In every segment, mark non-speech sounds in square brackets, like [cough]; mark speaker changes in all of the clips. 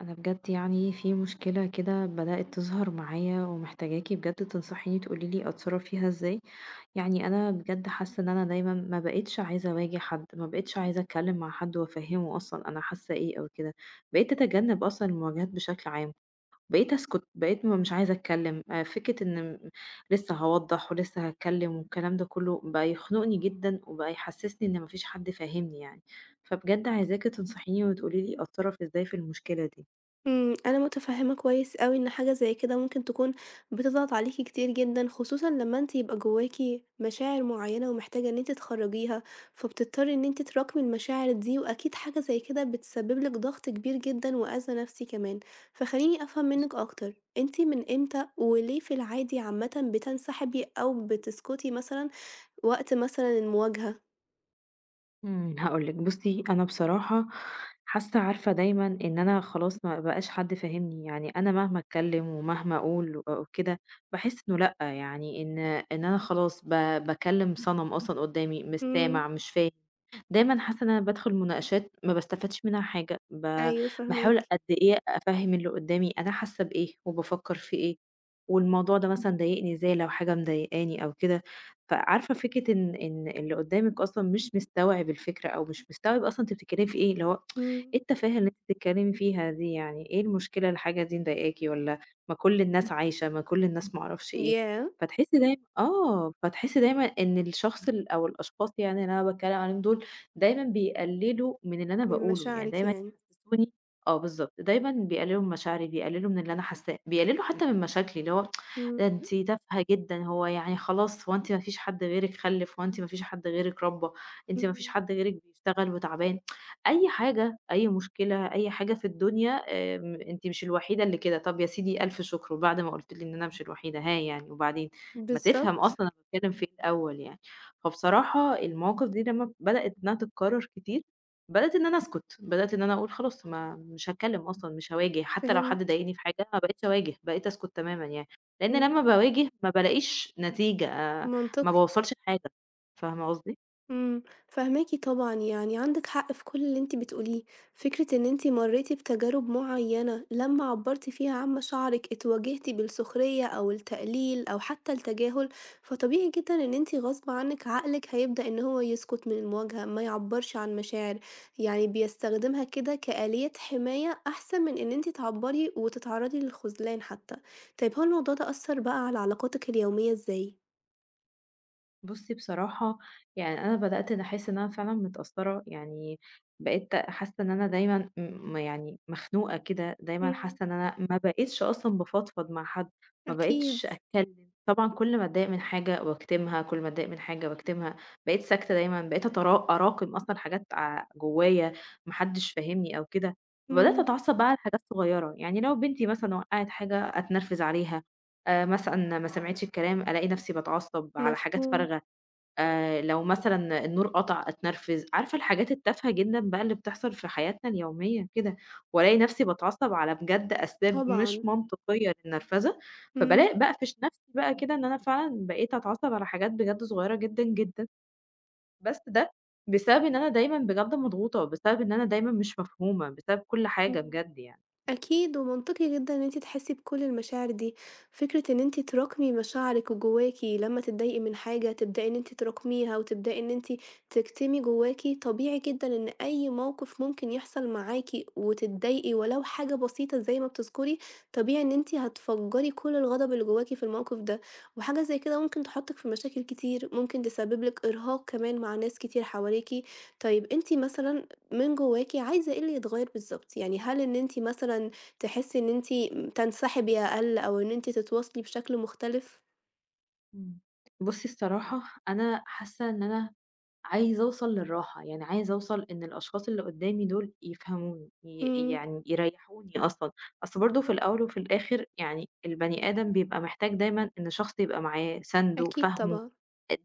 Speaker 1: انا بجد يعني في مشكلة كده بدأت تظهر معايا، ومحتاجاكي بجد تنصحيني تقولي لي اتصرف فيها ازاي. يعني انا بجد حاسة ان انا دايما ما بقتش عايزة اواجه حد، ما بقتش عايزة اتكلم مع حد وافهمه اصلا انا حاسة ايه او كده. بقيت اتجنب اصلا المواجهات بشكل عام. بقيت اسكت، بقيت مش عايزة اتكلم، آه، فكرة ان لسه هوضح ولسه هتكلم، والكلام ده كله بقى يخنقني جدا وبقى يحسسني ان مفيش حد فاهمني يعني. فبجد عايزاكي تنصحيني وتقولي لي اتصرف ازاي في المشكلة دي.
Speaker 2: أنا متفهمة كويس أوي إن حاجة زي كده ممكن تكون بتضغط عليكِ كتير جدًا، خصوصًا لما أنتِ يبقى جواكِ مشاعر معينة ومحتاجة إن أنتِ تخرجيها، فبتضطري إن أنتِ تراكمي المشاعر دي، وأكيد حاجة زي كده بتسبب لِك ضغط كبير جدًا وأذى نفسي كمان. فخليني أفهم منِك أكتر، أنتِ من إمتى وليه في العادي عامةً بتنسحبي أو بتسكتي مثلًا وقت مثلًا المواجهة؟
Speaker 1: هاقول لِك بُصّي، أنا بصراحة حاسة عارفة دايمًا إن أنا خلاص ما بقاش حد فاهمني، يعني أنا مهما أتكلّم ومهما أقول و وكده باحس إنه لأ، يعني إن أنا خلاص باكلّم صنم أصلًا قدّامي، مش
Speaker 2: إمم،
Speaker 1: سامع، مش فاهم، دايمًا حاسة إن أنا بادخل مناقشات ما باستفادش منها حاجة،
Speaker 2: أيوه
Speaker 1: باحاول
Speaker 2: فاهماكِ.
Speaker 1: قد إيه أفهّم اللي قدّامي أنا حاسة بإيه وبافكّر في إيه، والموضوع ده مثلًا ضايقني إزاي لو حاجة مضايقاني أو كده. فعارفة فكرة إن اللي قدّامِك أصلًا مش مستوعب الفكرة أو مش مستوعب أصلًا أنتِ بتتكلّمي في إيه، اللي هو
Speaker 2: إمم،
Speaker 1: إيه التفاهة اللي أنتِ بتتكلّمي فيها دي يعني، إيه المشكلة الحاجة دي مضايقاكِ والّا ما كل الناس عايشة، ما كل الناس ما أعرفش إيه،
Speaker 2: ياه!
Speaker 1: فتحسّي دايمًا إن الشخص أو الأشخاص يعني اللي أنا باتكلّم عليهم دول دايمًا بيقلّلوا من اللي أنا
Speaker 2: من
Speaker 1: باقوله، يعني
Speaker 2: مشاعرِك
Speaker 1: دايمًا
Speaker 2: يعني.
Speaker 1: يحسّسوني آه بالضبط، دايمًا بيقلّلوا من مشاعري، بيقلّلوا من اللي أنا حاسّاه، بيقلّلوا حتى من مشاكلي، اللي هو ده
Speaker 2: إمم،
Speaker 1: أنتِ تافهة جدًا، هو يعني خلاص هو أنتِ ما فيش حد غيرِك خلِّف، هو أنتِ ما فيش حد غيرِك ربّى، أنتِ ما فيش
Speaker 2: إمم.
Speaker 1: حد غيرِك بيشتغل وتعبان، أي حاجة، أي مشكلة، أي حاجة في الدنيا أنتِ مش الوحيدة اللي كده، طَب يا سيدي ألف شكر، وبعد ما قُلت لي إن أنا مش الوحيدة، ها يعني وبعدين؟ ما تفهم أصلًا
Speaker 2: بالضبط،
Speaker 1: أنا باتكلم في إيه الأول يعني، فبصراحة المواقف دي لمّا بدأت إنها تتكرر كتير، بدأت إن أنا أسكت، بدأت إن أنا أقول خلاص ما مش هاتكلم أصلًا، مش هاواجه، حتى لو حد
Speaker 2: فهمت،
Speaker 1: ضايقني في حاجة ما بقيتش أواجه، بقيت أسكت تمامًا يعني. لإن
Speaker 2: إمم،
Speaker 1: لمّا باواجه ما بالاقيش نتيجة، آه، ما
Speaker 2: منطقي،
Speaker 1: باوصّلش لحاجة، فاهمة قصدي؟
Speaker 2: إمم، فاهماكِ طبعًا، يعني عندِك حق في كل اللي أنتِ بتقوليه، فكرة إن أنتِ مرّيتِ بتجارب معيّنة لمّا عبّرتِ فيها عن مشاعرِك اتواجهتِ بالسخرية أو التقليل أو حتى التجاهل، فطبيعي جدًا إن أنتِ غصب عنِك عقلِك هيبدأ إن هو يسكت من المواجهة، ما يعبّرش عن مشاعر، يعني بيستخدمها كده كآلية حماية أحسن من إن أنتِ تعبّري وتتعرّضي للخذلان حتى. طيب هو الموضوع ده أثّر بقى على علاقاتِك اليومية إزاي؟
Speaker 1: بُصّي بصراحة يعني أنا بدأت إن أحس إن أنا فعلًا متأثّرة، يعني بقيت حاسة إن أنا دايمًا يعني مخنوقة كده، دايمًا
Speaker 2: إمم،
Speaker 1: حاسة إن أنا ما بقيتش أصلًا بافضفض مع حد، ما
Speaker 2: أكيد،
Speaker 1: بقيتش أتكلم، طبعًا كل ما أتضايق من حاجة باكتمها، كل ما أتضايق من حاجة باكتمها، بقيت ساكتة دايمًا، بقيت أراكم أصلًا حاجات جوايا ما حدش فاهمني أو كده، وبدأت
Speaker 2: إمم،
Speaker 1: أتعصب بقى على حاجات صغيرة، يعني لو بنتي مثلًا وقعت حاجة أتنرفز عليها، مثلًا ما سمعتش الكلام ألاقي نفسي باتعصب على حاجات
Speaker 2: مفهوم،
Speaker 1: فارغة، لو مثلًا النور قطع أتنرفز، عارفة الحاجات التافهة جدًا بقى اللي بتحصل في حياتنا اليومية كده، والاقي نفسي باتعصب على بجد أسباب
Speaker 2: طبعًا،
Speaker 1: مش منطقية للنرفزة،
Speaker 2: إمم،
Speaker 1: فبالاقي باقفش نفسي بقى كده إن أنا فعلًا بقيت أتعصب على حاجات بجد صغيرة جدًا، جدًا، بس ده بسبب إن أنا دايمًا بجد مضغوطة، بسبب إن أنا دايمًا مش مفهومة، بسبب كل حاجة
Speaker 2: إمم.
Speaker 1: بجد يعني.
Speaker 2: أكيد ومنطقي جدًا إن أنتِ تحسي بكل المشاعر دي، فكرة إن أنتِ تراكمي مشاعرِك وجواكِ لما تتضايقي من حاجة تبدئي إن أنتِ تراكميها، وتبدئي إن أنتِ تكتمي جواكِ، طبيعي جدًا إن أي موقف ممكن يحصل معاكِ وتتضايقي ولو حاجة بسيطة زي ما بتذكري، طبيعي إن أنتِ هتفجّري كل الغضب اللي جواكِ في الموقف ده، وحاجة زي كده ممكن تحطِّك في مشاكل كتير، ممكن تسبب لِك إرهاق كمان مع ناس كتير حواليكِ، طيب أنتِ مثلًا من جواكِ عايزة إيه اللي يتغيّر بالضبط؟ يعني هل إن أنتِ مثلًا تحسّي إن أنتِ م تنسحبي أقل أو إن أنتِ تتواصلي بشكل مختلف؟
Speaker 1: إمم. بُصي الصراحة أنا حاسة إن أنا عايزة أوصل للراحة، يعني عايزة أوصل إن الأشخاص اللي قدّامي دول يفهموني،
Speaker 2: إمم،
Speaker 1: يعني يريّحوني أصلًا، أصل برضه في الأول وفي الآخر يعني البني آدم بيبقى محتاج دايمًا إن شخص يبقى معاه، سَنْده،
Speaker 2: أكيد
Speaker 1: فاهمه.
Speaker 2: طبعًا.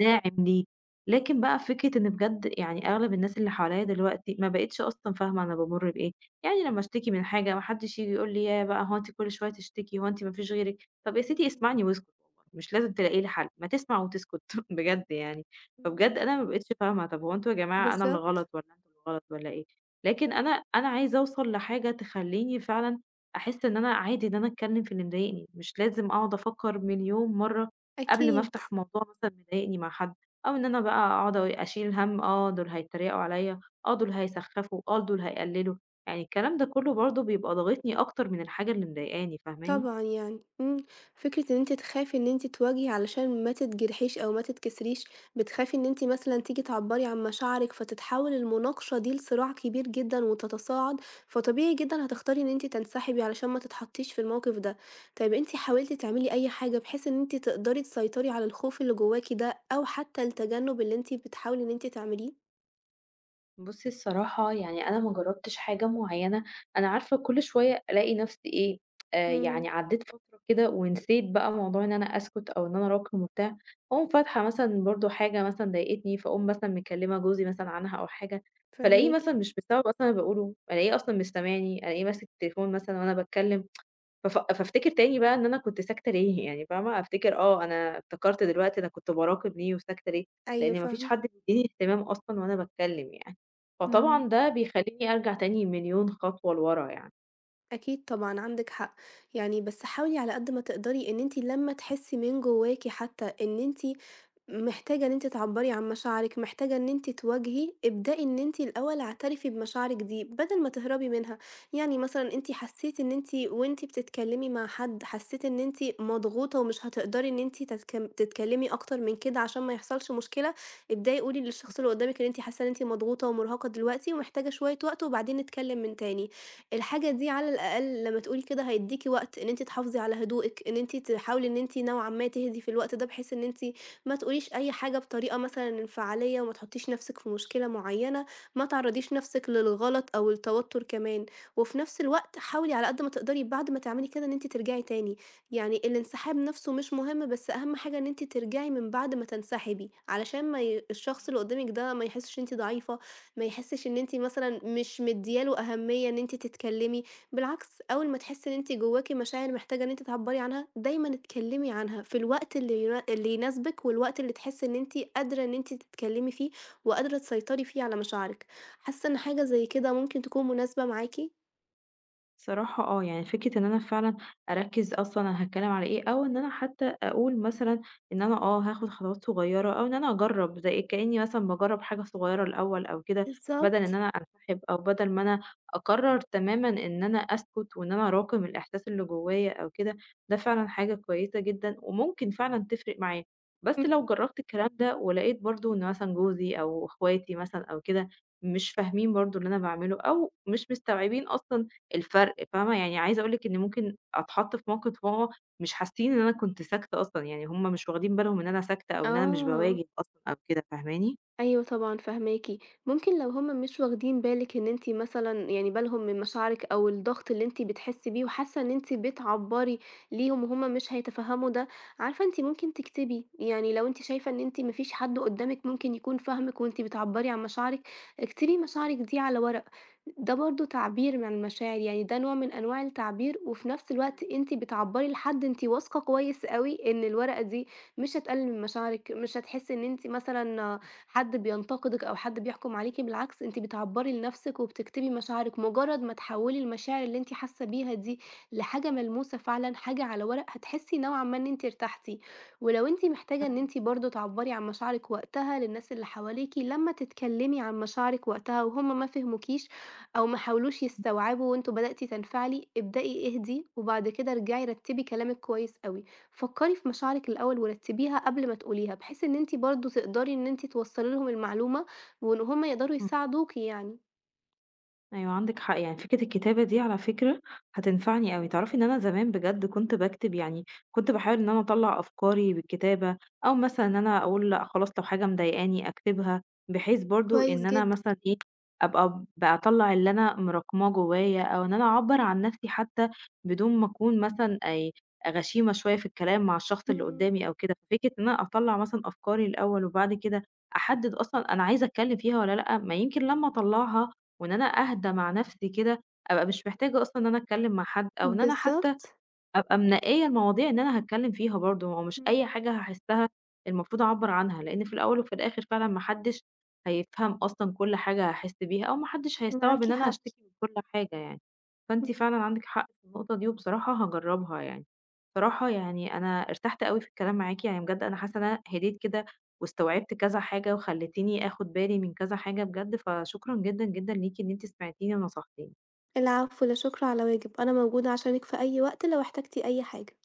Speaker 1: داعم ليه، لكن بقى فكرة إن بجد يعني أغلب الناس اللي حواليّا دلوقتي ما بقتش أصلًا فاهمة أنا بامُر بإيه، يعني لمّا اشتكي من حاجة ما حدش ييجي يقول لي ياه بقى هو أنتِ كل شوية تشتكي، هو أنتِ ما فيش غيرِك، طب يا ستي
Speaker 2: إمم،
Speaker 1: اسمعني واسكت والله، مش لازم تلاقي لي حل، ما تسمع وتسكت [laughs] بجد يعني،
Speaker 2: إمم.
Speaker 1: فبجد أنا ما بقيتش فاهمة طب هو أنتم يا جماعة أنا اللي
Speaker 2: بالضبط،
Speaker 1: غلط والّا أنتم اللي غلط والّا إيه، لكن أنا عايزة أوصل لحاجة تخلّيني فعلًا أحس إن أنا عادي إن أنا أتكلم في اللي مضايقني، مش لازم أقعد أفكر مليون مرّة قبل ما
Speaker 2: أكيد.
Speaker 1: أفتح موضوع مثلًا مضايقني مع حد، أو إن أنا بقى أقعد أشيل هَم آه دول هيتريقوا عليَّ، آه دول هيسخّفوا، آه دول هيقللوا، يعني الكلام ده كله برضه بيبقى ضاغطني أكتر من الحاجة اللي مضايقاني، فاهماني؟
Speaker 2: طبعًا يعني، فكرة إن أنتِ تخافي إن أنتِ تواجهي علشان ما تتجرحيش أو ما تتكسريش، بتخافي إن أنتِ مثلًا تيجي تعبّري عن مشاعرِك، فتتحول المناقشة دي لصراع كبير جدًا وتتصاعد، فطبيعي جدًا هتختاري إن أنتِ تنسحبي علشان ما تتحطيش في الموقف ده. طيب أنتِ حاولتِ تعملي أي حاجة بحيث إن أنتِ تقدري تسيطري على الخوف اللي جواكِ ده، أو حتى التجنب اللي أنتِ بتحاولي إن أنتِ تعمليه؟
Speaker 1: بُصّي الصراحة يعني أنا ما جرّبتش حاجة معيّنة، أنا عارفة كل شوية ألاقي نَفْسي إيه،
Speaker 2: إمم،
Speaker 1: يعني عدّيت فترة كده ونسيت بقى موضوع إن أنا أسكُت أو إن أنا أراكم وبتاع، أقوم فاتحة مثلًا برضه حاجة مثلًا ضايقتني، فاقوم مثلًا مكلّمة جوزي مثلًا عنها أو حاجة، فالاقيه
Speaker 2: فاهماكِ،
Speaker 1: مثلًا مش بسبب أصلًا أنا باقوله، ألاقيه أصلًا مش سامعني، ألاقيه ماسك التليفون مثلًا وأنا باتكلّم. فف فافتكر تاني بقى إن أنا كنت ساكتة ليه يعني فاهمة، أفتكر آه أنا افتكرت دلوقتي أنا كنت باراقب ليه وساكتة ليه،
Speaker 2: أيوه
Speaker 1: لإن ما فيش
Speaker 2: فاهمة.
Speaker 1: حد بيدّيني اهتمام أصلًا وأنا باتكلم يعني،
Speaker 2: إمم.
Speaker 1: فطبعًا ده بيخلّيني أرجع تاني مليون خطوة لورا يعني.
Speaker 2: أكيد طبعًا عندِك حق، يعني بس حاولي على قد ما تقدري إن أنتِ لمّا تحسي من جواكِ حتى إن أنتِ محتاجة إن أنتِ تعبّري عن مشاعرِك، محتاجة إن أنتِ تواجهي، ابدئي إن أنتِ الأول اعترفي بمشاعرِك دي بدل ما تهربي منها، يعني مثلًا أنتِ حسيتِ إن أنتِ وأنتِ بتتكلمي مع حد حسيتِ إن أنتِ مضغوطة ومش هتقدري إن أنتِ تتكلمي أكتر من كده عشان ما يحصلش مشكلة، ابدئي قولي للشخص اللي قدامِك إن أنتِ حاسة إن أنتِ مضغوطة ومرهقة دلوقتي ومحتاجة شوية وقت وبعدين نتكلم من تاني. الحاجة دي على الأقل لمّا تقولي كده هيدّيكِ وقت إن أنتِ تحافظي على هدوئِك، إن أنتِ تحاولي إن أنتِ نوعًا ما تهدي في الوقت ده، بحيث إن أنتِ ما تقوليش أي حاجة بطريقة مثلًا انفعالية، وما تحطّيش نَفْسِك في مشكلة معيّنة، ما تعرّضيش نَفْسِك للغلط أو التوتُّر كمان، وفي نَفْس الوقت حاولي على قد ما تقدري بعد ما تعملي كده إن أنتِ ترجعي تاني، يعني الانسحاب نَفْسه مش مهم، بس أهم حاجة إن أنتِ ترجعي من بعد ما تنسحبي، علشان ما ي الشخص اللي قدّامِك ده ما يحسّش إن أنتِ ضعيفة، ما يحسش إن أنتِ مثلًا مش مديّة له أهمية إن أنتِ تتكلمي، بالعكس أول ما تحسي إن أنتِ جواكِ مشاعر محتاجة إن أنتِ تعبّري عنها، دايمًا اتكلمي عنها في الوقت اللي يناسبِك، والوقت اللي تحسي إن أنتِ قادرة إن أنتِ تتكلمي فيه، وقادرة تسيطري فيه على مشاعرِك. حاسة إن حاجة زي كده ممكن تكون مناسبة معاكِ؟
Speaker 1: صراحة آه، يعني فكرة إن أنا فعلًا أركّز أصلًا أنا هاتكلّم على إيه، أو إن أنا حتى أقول مثلًا إن أنا هاخد خطوات صغيّرة أو إن أنا أجرّب زي كإنّي مثلًا باجرّب حاجة صغيّرة الأول أو كده، بدل إن
Speaker 2: بالضبط،
Speaker 1: أنا أنسحب أو بدل ما أنا أقرّر تمامًا إن أنا أسكت وإن أنا أراكم الإحساس اللي جوّايا أو كده، ده فعلًا حاجة كويسة جدًا وممكن فعلًا تفرق معايا. بس لو
Speaker 2: إمم.
Speaker 1: جرّبت الكلام ده ولقيت برضه إن مثلًا جوزي أو إخواتي مثلًا أو كده مش فاهمين برضه اللي أنا باعمله أو مش مستوعبين أصلًا الفرق فاهمة، يعني عايزة أقول لِك إن ممكن أتحط في موقف وهو مش حاسين إن أنا كنت ساكتة أصلًا، يعني هُم مش واخدين بالهم إن أنا ساكتة أو إن أنا مش
Speaker 2: آه.
Speaker 1: باواجه أصلًا أو كده، فاهماني؟
Speaker 2: أيوه طبعًا فاهماكِ، ممكن لو هُم مش واخدين بالِك إن أنتِ مثلًا يعني بالهم من مشاعرِك أو الضغط اللي أنتِ بتحسّي بيه وحاسة إن أنتِ بتعبّري ليهم وهُم مش هيتفهموا ده، عارفة أنتِ ممكن تكتبي، يعني لو أنتِ شايفة إن أنتِ ما فيش حد قدّامِك ممكن يكون فاهمِك وأنتِ بتعبّري عن مشاعرِك، اكتبي مشاعرِك دي على ورق، ده برضه تعبير عن المشاعر، يعني ده نوع من أنواع التعبير وفي نفس الوقت أنتِ بتعبّري لحد أنتِ واثقة كويس أوي إن الورقة دي مش هتقلل من مشاعرِك، مش هتحسّي إن أنتِ مثلًا حد بينتقدِك أو حد بيحكُم عليكِ، بالعكس أنتِ بتعبّري لنفسِك وبتكتبي مشاعرِك، مجرّد ما تحوّلي المشاعر اللي أنتِ حاسة بيها دي لحاجة ملموسة فعلًا، حاجة على ورق، هتحسّي نوعًا ما إن أنتِ ارتحتِ. ولو أنتِ محتاجة إن
Speaker 1: فاهماكِ،
Speaker 2: أنتِ برضه تعبّري عن مشاعرِك وقتها للناس اللي حواليكِ، لمّا تتكلّمي عن مشاعرِك وقتها وهُم ما فهموكيش أو ما حاولوش يستوعبوا وأنتِ بدأتِ تنفعلي، ابدئي اهدي وبعد كده ارجعي رتّبي كلامِك كويس أوي. فكري في مشاعرِك الأول ورتبيها قبل ما تقوليها، بحيث إن أنتِ برضه تقدري إن أنتِ توصلي لهم المعلومة، وإن هُم يقدروا
Speaker 1: إمم.
Speaker 2: يساعدوكِ يعني.
Speaker 1: أيوه عندِك حق، يعني فكرة الكتابة دي على فكرة هتنفعني أوي، تعرفي إن أنا زمان بجد كنت باكتب يعني كنت باحاول إن أنا أطلّع أفكاري بالكتابة، أو مثلًا إن أنا أقول لأ خلاص لو حاجة مضايقاني أكتبها، بحيث برضه
Speaker 2: كويس
Speaker 1: إن أنا
Speaker 2: جدًا.
Speaker 1: مثلًا إيه، أبقى باطلّع اللي أنا مراكماه جوايا، أو إن أنا أعبّر عن نفسي حتى بدون ما أكون مثلًا غشيمة شوية في الكلام مع الشخص اللي
Speaker 2: إمم،
Speaker 1: قدامي أو كده، ففكرة إن أنا أطلّع مثلًا أفكاري الأول وبعد كده أحدد أصلًا أنا عايزة أتكلم فيها والّا لأ، ما يمكن لمّا أطلّعها وإن أنا أهدى مع نفسي كده، أبقى مش محتاجة أصلًا إن أنا أتكلم مع حد أو إن أنا حتى
Speaker 2: بالضبط،
Speaker 1: أبقى منقية المواضيع إن أنا هاتكلم فيها برضه، هو مش أي
Speaker 2: إمم،
Speaker 1: حاجة هاحسها المفروض أعبّر عنها، لإن في الأول وفي الآخر فعلًا ما حدش هيفهم أصلًا كل حاجة هاحس بيها، أو ما حدش هيستوعب
Speaker 2: معاكِ
Speaker 1: إن أنا
Speaker 2: حق،
Speaker 1: هاشتكي من كل حاجة يعني. فأنتِ
Speaker 2: إمم.
Speaker 1: فعلًا عندِك حق في النقطة دي، وبصراحة هاجرّبها يعني. بصراحة يعني أنا ارتحت أوي في الكلام معاكِ، يعني بجد أنا حاسة إن أنا هديت كده، واستوعبت كذا حاجة، وخلّيتيني آخد بالي من كذا حاجة بجد، فشكرًا جدًا، جدًا ليكِ إن أنتِ سمعتيني ونصحتيني.
Speaker 2: العفو، لا شكر على واجب، أنا موجودة عشانِك في أي وقت لو احتجتِ أي حاجة.